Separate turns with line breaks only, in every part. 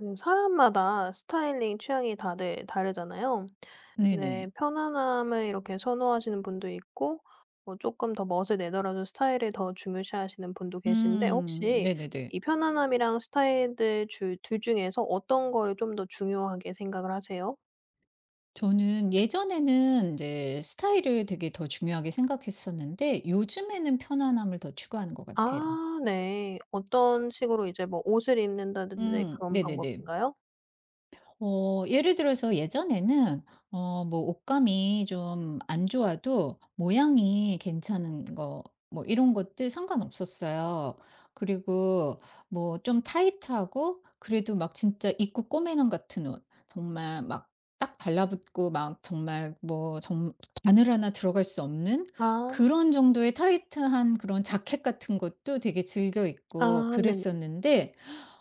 사람마다 스타일링 취향이 다들 다르잖아요. 네,
네네.
편안함을 이렇게 선호하시는 분도 있고 뭐 조금 더 멋을 내더라도 스타일을 더 중요시하시는 분도 계신데
음
혹시
네네네.
이 편안함이랑 스타일들 주 둘 중에서 어떤 거를 좀 더 중요하게 생각을 하세요?
저는 예전에는 이제 스타일을 되게 더 중요하게 생각했었는데 요즘에는 편안함을 더 추구하는 것 같아요.
아 네. 어떤 식으로 이제 뭐 옷을 입는다든지
음
그런
네네네.
방법인가요?
예를 들어서 예전에는 뭐 옷감이 좀 안 좋아도 모양이 괜찮은 거, 뭐 이런 것들 상관없었어요. 그리고 뭐 좀 타이트하고 그래도 막 진짜 입고 꼬매는 같은 옷, 정말 막 딱 달라붙고, 막 정말 뭐 정 바늘 하나 들어갈 수 없는
아.
그런 정도의 타이트한 그런 자켓 같은 것도 되게 즐겨 입고
아 네네.
그랬었는데,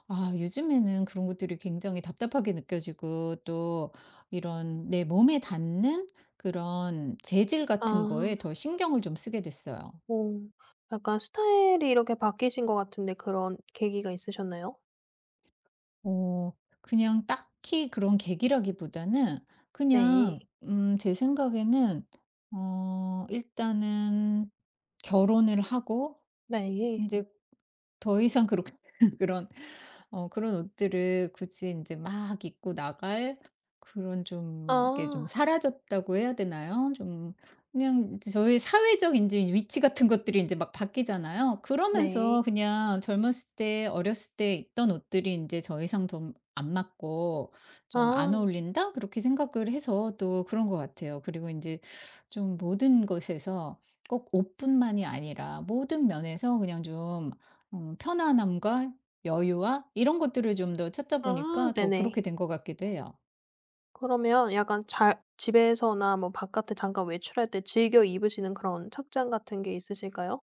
아, 요즘에는 그런 것들이 굉장히 답답하게 느껴지고, 또 이런 내 몸에 닿는 그런 재질 같은
아.
거에 더 신경을 좀 쓰게 됐어요.
어. 약간 스타일이 이렇게 바뀌신 것 같은데 그런 계기가 있으셨나요?
어, 그냥 딱히 그런 계기라기보다는
네.
그냥 제 생각에는, 일단은 결혼을 하고
네.
이제 더 이상 그렇게 그런 그런 옷들을 굳이 이제 막 입고 나갈, 그런 좀, 이게 좀
아.
사라졌다고 해야 되나요? 좀 그냥 이제 저희 사회적 인제 위치 같은 것들이 이제 막 바뀌잖아요.
네.
그러면서 그냥 젊었을 때, 어렸을 때 입던 옷들이 이제저 이상 좀 안 맞고, '좀 안
아.
어울린다.' 그렇게 생각을 해서 또 그런 것 같아요. 그리고 이제 좀 모든 것에서 꼭 옷뿐만이 아니라 모든 면에서 그냥 좀 편안함과 여유와 이런 것들을 좀 더 찾다
아
보니까 더
네네.
그렇게 된 것 같기도 해요.
그러면 약간 잘 집에서나 뭐 바깥에 잠깐 외출할 때 즐겨 입으시는 그런 착장 같은 게 있으실까요?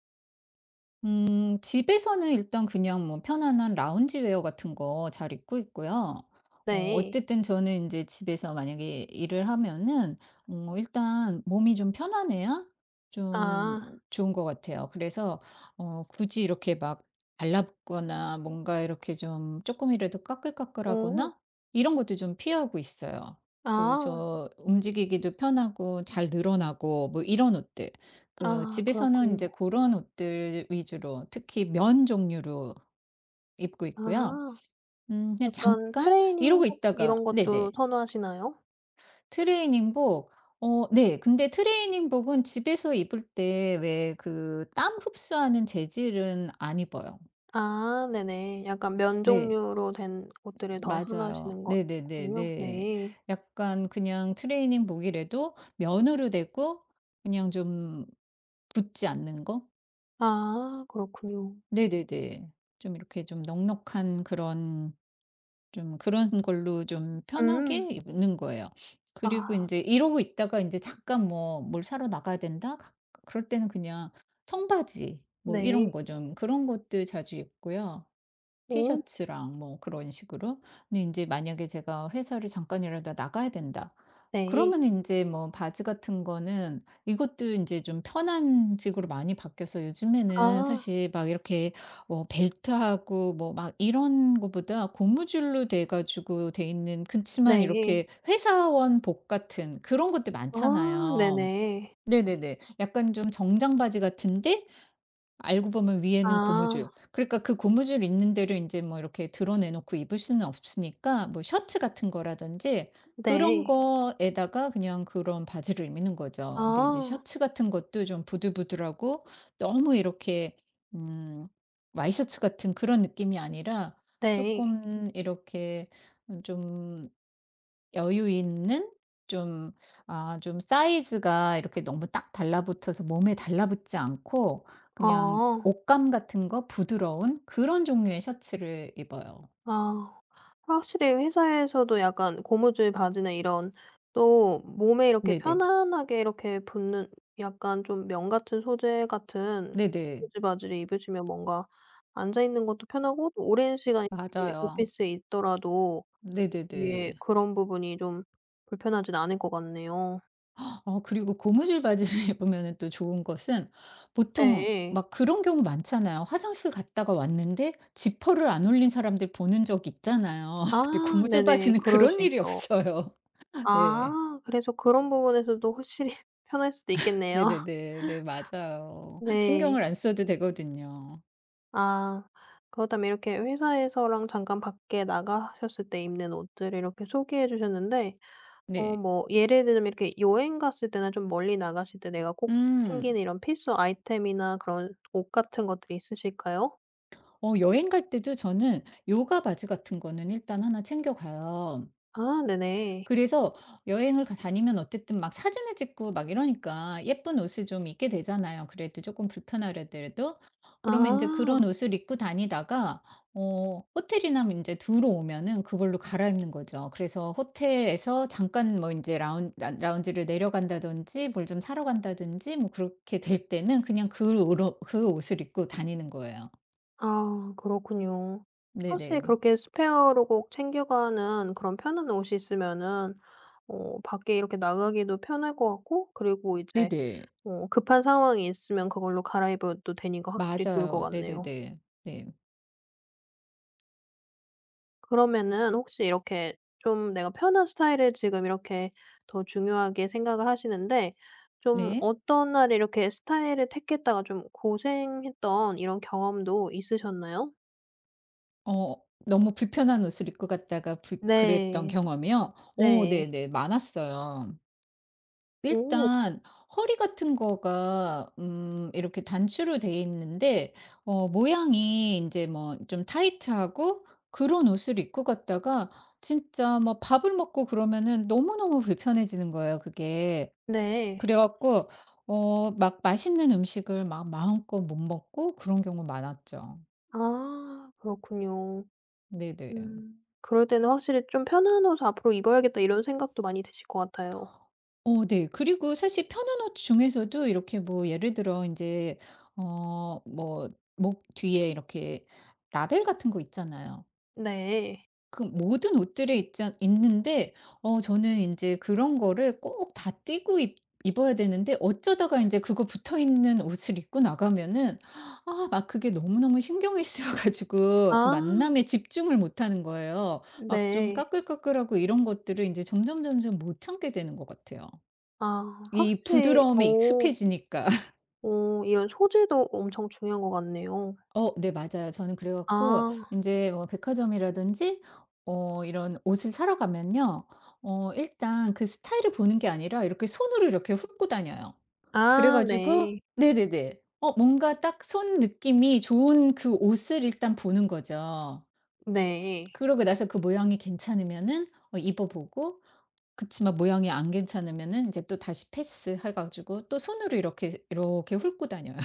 집에서는 일단 그냥 뭐 편안한 라운지 웨어 같은 거 잘 입고 있고요.
네.
어쨌든 저는 이제 집에서 만약에 일을 하면은 일단 몸이 좀 편안해야 좀
아.
좋은 것 같아요. 그래서 굳이 이렇게 막 발라붙거나, 뭔가 이렇게 좀 조금이라도
어.
까끌까끌하거나 이런 것도 좀 피하고 있어요.
아.
그래서 움직이기도 편하고 잘 늘어나고 뭐 이런 옷들. 그
아
집에서는 이
그렇군요.
제 그런 옷들 위주로, 특히 면 종류로 입고
아.
있고요. 그냥
약간
잠깐 이러고
트레이닝복
있다가,
이런
네네.
것도 선호하시나요?
트레이닝복, 네. 근데 트레이닝복은 집에서 입을 때 왜 그 땀 흡수하는 재질은 안 입어요.
아 네네. 약간 면
네.
종류로 된 옷들을 더
맞아요.
선호하시는 거 군요.
네네네네.
네.
약간 그냥 트레이닝복이라도 면으로 되고, 그냥 좀 붙지 않는 거?
아 그렇군요.
네네네. 좀 이렇게 좀 넉넉한 그런, 좀 그런 걸로 좀
음.
편하게 입는 거예요. 그리고
아
인제 이러고 있다가 인제 잠깐 뭐 '뭘 사러 나가야 된다.' 가 그럴 때는 그냥 청바지 뭐
네.
이런 거, 좀 그런 것들 자주 입고요.
오
티셔츠랑 뭐 그런 식으로. 근데 인제 만약에 제가 '회사를 잠깐이라도 나가야 된다.' 그러
네.
면이 인제 뭐 바지 같은 거는 이것도 인제 좀 편한 식으로 많이 바뀌어서, 요즘에는
아
사실 막 이렇게 벨트하고 뭐 막 이런 거보다 고무줄로 돼 가지고 돼 있는, 그치만
네.
이렇게 회사원복 같은 그런 것들
아
많잖아요.
네네.
네네네. 약간 좀 정장 바지 같은데, 알고 보면 위에는
아
고무줄. 그러니까 그 고무줄 있는 데를 이제 뭐 이렇게 드러내 놓고 입을 수는 없으니까 뭐 셔츠 같은 거라든지 그런
네.
거에다가 그냥 그런 바지를 입는 거죠. 근데 이제
아
셔츠 같은 것도 좀 부들부들하고, 너무 이렇게 음 와이셔츠 같은 그런 느낌이 아니라,
네.
조금 이렇게 좀 여유 있는, 좀, 아 좀, 사이즈가 이렇게 너무 딱 달라붙어서 몸에 달라붙지 않고, 그냥
어.
옷감 같은 거 부드러운 그런 종류의 셔츠를 입어요.
아. 확실히 회사에서도 약간 고무줄 바지나 이런 또 몸에 이렇게
네네.
편안하게 이렇게 붙는 약간 좀 면 같은 소재 같은
네네.
고무줄 바지를 입으시면 뭔가 앉아 있는 것도 편하고 또 오랜 시간 이렇게
맞아요.
오피스에 있더라도
네네네.
되게 그런 부분이 좀 불편하진 않을 것 같네요.
그리고 고무줄 바지를 입으면 또 좋은 것은, 보통
네.
막 그런 경우 많잖아요. 화장실 갔다가 왔는데 지퍼를 안 올린 사람들 보는 적 있잖아요.
아
근데 고무줄
네네.
바지는
그럴 수
그런 일이
있죠.
없어요. 네.
아 그래서 그런 부분에서도 확실히 편할 수도 있겠네요.
네네네. 네, 맞아요.
네.
신경을 안 써도 되거든요.
아. 그렇다면 이렇게 회사에서랑 잠깐 밖에 나가셨을 때 입는 옷들을 이렇게 소개해 주셨는데
네.
뭐 예를 들면 이렇게 여행 갔을 때나 좀 멀리 나가실 때 내가 꼭
음.
챙기는 이런 필수 아이템이나 그런 옷 같은 것들이 있으실까요?
여행 갈 때도 저는 요가 바지 같은 거는 일단 하나 챙겨 가요.
아 네네.
그래서 여행을 가 다니면 어쨌든 막 사진을 찍고 막 이러니까 예쁜 옷을 좀 입게 되잖아요, 그래도 조금 불편하더라도. 그러면 이제
아.
그런 옷을 입고 다니다가 호텔이나 이제 들어오면은 그걸로 갈아입는 거죠. 그래서 호텔에서 잠깐 뭐 이제 라운지를 내려간다든지, 뭘 좀 사러 간다든지 뭐 그렇게 될 때는 그냥 그 오로 그 옷을 입고 다니는 거예요.
아 그렇군요. 사실
네네.
그렇게 스페어로 꼭 챙겨가는 그런 편한 옷이 있으면은 밖에 이렇게 나가기도 편할 것 같고 그리고 이제
네네.
급한 상황이 있으면 그걸로 갈아입어도 되니까 확실히 좋을 것
맞아요.
같네요.
네네네. 네.
그러면은 혹시 이렇게 좀 내가 편한 스타일을 지금 이렇게 더 중요하게 생각을 하시는데 좀
네.
어떤 날에 이렇게 스타일을 택했다가 좀 고생했던 이런 경험도 있으셨나요?
어 너무 불편한 옷을 입고 갔다가 불 그랬던
네.
경험이요? 오,
네.
네네. 많았어요.
오.
일단 허리 같은 거가 이렇게 단추로 돼 있는데 모양이 이제 뭐 좀 타이트하고, 그런 옷을 입고 갔다가 진짜 뭐 밥을 먹고 그러면은 너무너무 불편해지는 거예요, 그게.
네.
그래 갖고 막 맛있는 음식을 막 마음껏 못 먹고 그런 경우 많았죠.
아 그렇군요.
네네.
음. 그럴 때는 확실히 '좀 편한 옷을 앞으로 입어야겠다.' 이런 생각도 많이 드실 것 같아요.
네. 그리고 사실 편한 옷 중에서도 이렇게 뭐 예를 들어 이제 뭐 목 뒤에 이렇게 라벨 같은 거 있잖아요.
네.
그 모든 옷들에 있자 있는데 저는 이제 그런 거를 꼭 다 띄고 입 입어야 되는데, 어쩌다가 이제 그거 붙어 있는 옷을 입고 나가면은 아, 막 그게 너무너무 신경이 쓰여 가지고
아.
그 만남에 집중을 못 하는 거예요. 막 좀
네.
까끌까끌하고 이런 것들을 이제 점점점점 못 참게 되는 것 같아요.
아
이
확실히
부드러움에
오,
익숙해지니까.
오 이런 소재도 엄청 중요한 것 같네요.
네, 맞아요. 저는 그래 갖고
아.
이제 뭐 백화점이라든지 이런 옷을 사러 가면요. 일단 그 스타일을 보는 게 아니라 이렇게 손으로 이렇게 훑고 다녀요. 그래
아
가지고,
네.
네네네. 뭔가 딱 손 느낌이 좋은 그 옷을 일단 보는 거죠.
네.
그러고 나서 그 모양이 괜찮으면은 입어 보고, 그치만 모양이 안 괜찮으면은 제또 다시 패스해 가지고 또 손으로 이렇게, 이렇게 훑고 다녀요.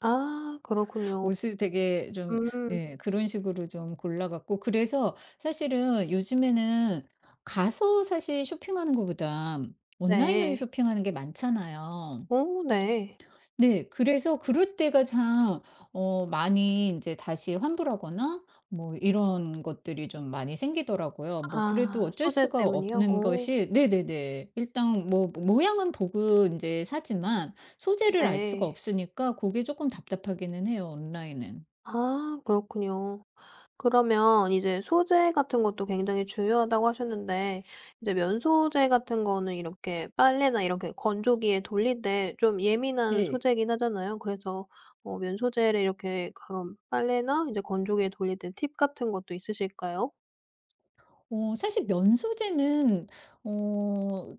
아 그렇군요.
옷을 되게 좀,
음
예, 그런 식으로 좀 골라 갖고, 그래서 사실은 요즘에는 가서 사실 쇼핑하는 것보다 온라인으로
네.
쇼핑하는 게 많잖아요.
오 네.
네. 그래서 그럴 때가 참 많이 이제 다시 환불하거나 뭐 이런 것들이 좀 많이 생기더라고요. 뭐 그래도
아
어쩔
소재
수가
때문이요?
없는
오
것이, 네네네, 일단 뭐 모양은 보고 이제 사지만 소재를 알 수가
네.
없으니까 그게 조금 답답하기는 해요, 온라인은.
아 그렇군요. 그러면 이제 소재 같은 것도 굉장히 중요하다고 하셨는데 이제 면 소재 같은 거는 이렇게 빨래나 이렇게 건조기에 돌릴 때 좀 예민한
네.
소재이긴 하잖아요. 그래서 면 소재를 이렇게 그럼 빨래나 이제 건조기에 돌릴 때 팁 같은 것도 있으실까요?
사실 면소재는 어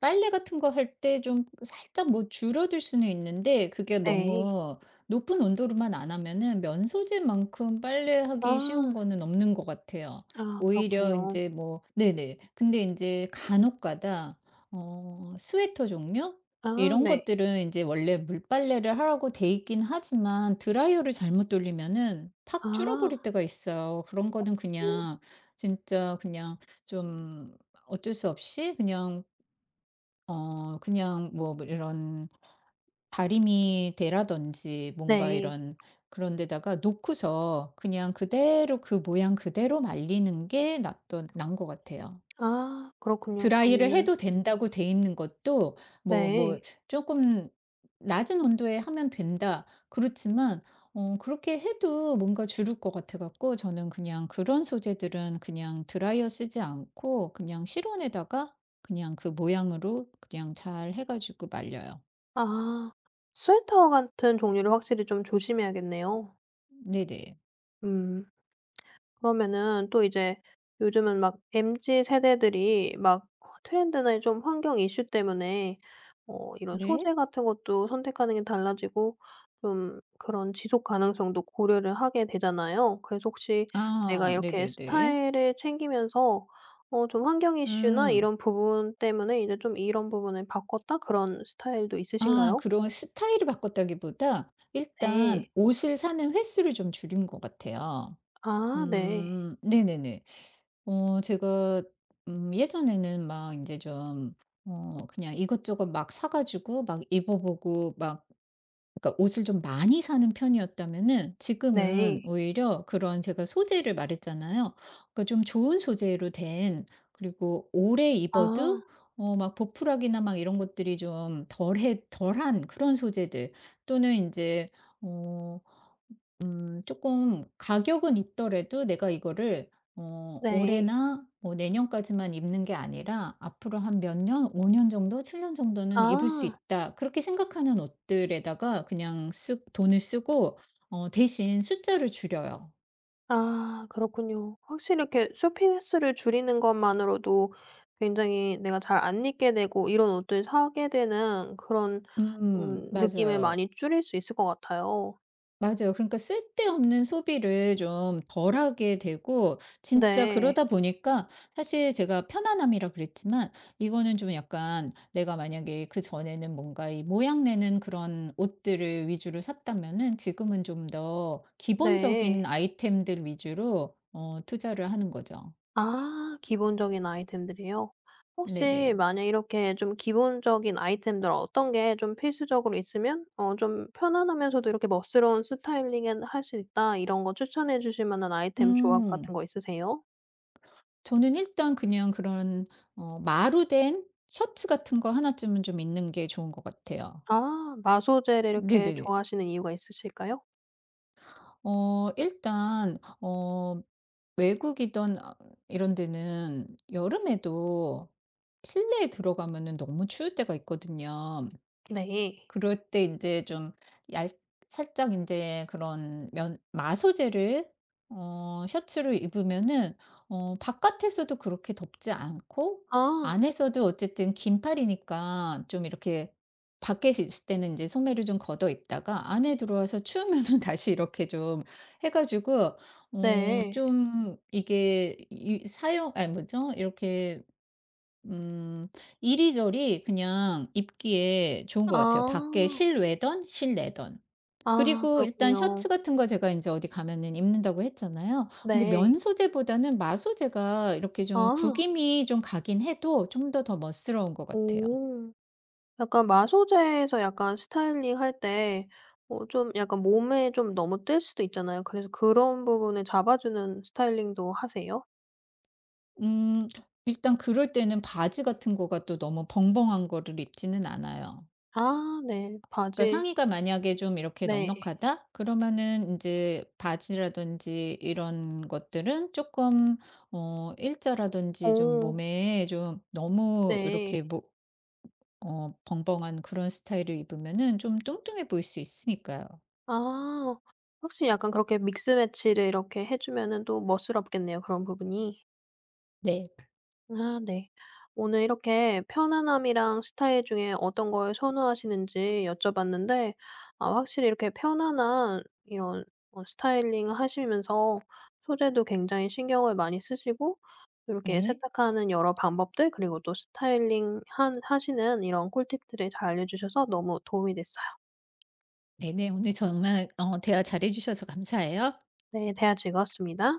빨래 같은 거 할 때 좀 살짝 뭐 줄어들 수는 있는데, 그게
네.
너무 높은 온도로만 안 하면은 면소재만큼 빨래하기 쉬운
아.
거는 없는 것 같아요.
아
오히려 이
그렇군요.
제 뭐, 네네. 근데 이제 간혹가다 스웨터 종류,
아
이런
네.
것들은 이제 원래 물빨래를 하라고 돼 있긴 하지만 드라이어를 잘못 돌리면은 팍
아.
줄어버릴 때가 있어요. 그런 거는 그냥 진짜 그냥 좀 어쩔 수 없이 그냥 그냥 뭐 이런 다리미 대라든지 뭔가
네.
이런 그런 데다가 놓고서 그냥 그대로 그 모양 그대로 말리는 게 낫던 난 것 같아요.
아 그렇군요.
드라이를
그러면은
해도 된다고 돼 있는 것도 뭐
네.
뭐 "조금 낮은 온도에 하면 된다." 그렇지만 그렇게 해도 뭔가 주를 것 같아 갖고 저는 그냥 그런 소재들은 그냥 드라이어 쓰지 않고 그냥 실온에다가 그냥 그 모양으로 그냥 잘 해 가지고 말려요.
아 스웨터 같은 종류를 확실히 좀 조심해야겠네요.
네네.
음. 그러면은 또 이제 요즘은 막 MZ 세대들이 막 트렌드나 좀 환경 이슈 때문에 이런
네.
소재 같은 것도 선택하는 게 달라지고 좀 그런 지속 가능성도 고려를 하게 되잖아요. 그래서 혹시 내가
아,
이렇게
네네네.
스타일을 챙기면서 좀 환경 이슈나
음.
이런 부분 때문에 이제 좀 '이런 부분을 바꿨다.' 그런 스타일도
아,
있으신가요?
그런 스타일을 바꿨다기보다 일단
네.
옷을 사는 횟수를 좀 줄인 것 같아요.
아 네.
음, 네네네. 제가 예전에는 막 이제 좀 그냥 이것저것 막 사 가지고 막 입어 보고 막 그러니까 옷을 좀 많이 사는 편이었다면은, 지금은
네.
오히려, 그런, 제가 소재를 말했잖아요. 그러니까 좀 좋은 소재로 된, 그리고 오래
아
입어도 막 보풀하기나 막 이런 것들이 좀 덜해 덜한 그런 소재들, 또는 이제어 조금 가격은 있더라도 내가 이거를
네.
올해나 뭐 내년까지만 입는 게 아니라 앞으로 한 몇 년, 5년 정도, 7년 정도는 입을 수
아.
있다, 그렇게 생각하는 옷들에다가 그냥 쓰 돈을 쓰고, 대신 숫자를 줄여요.
아 그렇군요. 확실히 이렇게 쇼핑 횟수를 줄이는 것만으로도 굉장히 내가 잘 안 입게 되고 이런 옷들 사게 되는 그런
음,
느낌을
맞아요.
많이 줄일 수 있을 것 같아요.
맞아요. 그러니까 쓸데없는 소비를 좀 덜하게 되고, 진짜
네.
그러다 보니까 사실 제가 편안함이라 그랬지만, 이거는 좀 약간, 내가 만약에 그전에는 뭔가 이 모양 내는 그런 옷들을 위주로 샀다면은, 지금은 좀 더
네.
기본적인 아이템들 위주로 투자를 하는 거죠.
아 기본적인 아이템들이요? 혹시
네네.
만약 이렇게 좀 기본적인 아이템들 어떤 게 좀 필수적으로 있으면 좀 편안하면서도 이렇게 멋스러운 스타일링은 할 수 있다 이런 거 추천해 주실 만한 아이템 조합
음.
같은 거 있으세요?
저는 일단 그냥 그런 마루된 셔츠 같은 거 하나쯤은 좀 있는 게 좋은 것 같아요.
아 마소제를 이렇게
네네네.
좋아하시는 이유가 있으실까요?
일단 외국이던, 아, 이런 데는 여름에도 실내에 들어가면은 너무 추울 때가 있거든요.
네.
그럴 때 이제 좀 얇 살짝 이제 그런 면 마소재를, 셔츠를 입으면은 바깥에서도 그렇게 덥지 않고,
아
안에서도 어쨌든 긴팔이니까 좀 이렇게, 밖에 있을 때는 이제 소매를 좀 걷어 입다가 안에 들어와서 추우면은 다시 이렇게 좀 해 가지고
네.
좀 이게, 이 사용, 아니 뭐죠? 이렇게 음 이리저리 그냥 입기에 좋은 것 같아요, 밖에
아.
실외던 실내던.
아
그리고 일단
그렇군요.
셔츠 같은 거 제가 이제 어디 가면은 입는다고 했잖아요. 근데
네.
면 소재보다는 마 소재가 이렇게 좀
아.
구김이 좀 가긴 해도 좀 더 더 멋스러운 것 같아요.
오. 약간 마소제에서 약간 스타일링 할 때 좀 약간 몸에 좀 너무 뜰 수도 있잖아요. 그래서 그런 부분을 잡아 주는 스타일링도 하세요?
음 일단 그럴 때는 바지 같은 거가 또 너무 벙벙한 거를 입지는 않아요.
아 네.
그러니까
바지
상의가 만약에 좀 이렇게
네.
넉넉하다? 그러면은 이제 바지라든지 이런 것들은 조금 일자라든지, 좀
오
몸에 좀 너무
네.
이렇게 뭐 벙벙한 그런 스타일을 입으면은 좀 뚱뚱해 보일 수 있으니까요.
아. 혹시 약간 그렇게 믹스 매치를 이렇게 해 주면은 또 멋스럽겠네요, 그런 부분이.
네.
아 네. 오늘 이렇게 편안함이랑 스타일 중에 어떤 걸 선호하시는지 여쭤봤는데 아 확실히 이렇게 편안한 이런 스타일링 하시면서 소재도 굉장히 신경을 많이 쓰시고 이렇게
네.
세탁하는 여러 방법들 그리고 또 스타일링 한 하시는 이런 꿀팁들을 잘 알려 주셔서 너무 도움이 됐어요.
네네. 오늘 정말 대화 잘해 주셔서 감사해요.
네. 대화 즐거웠습니다.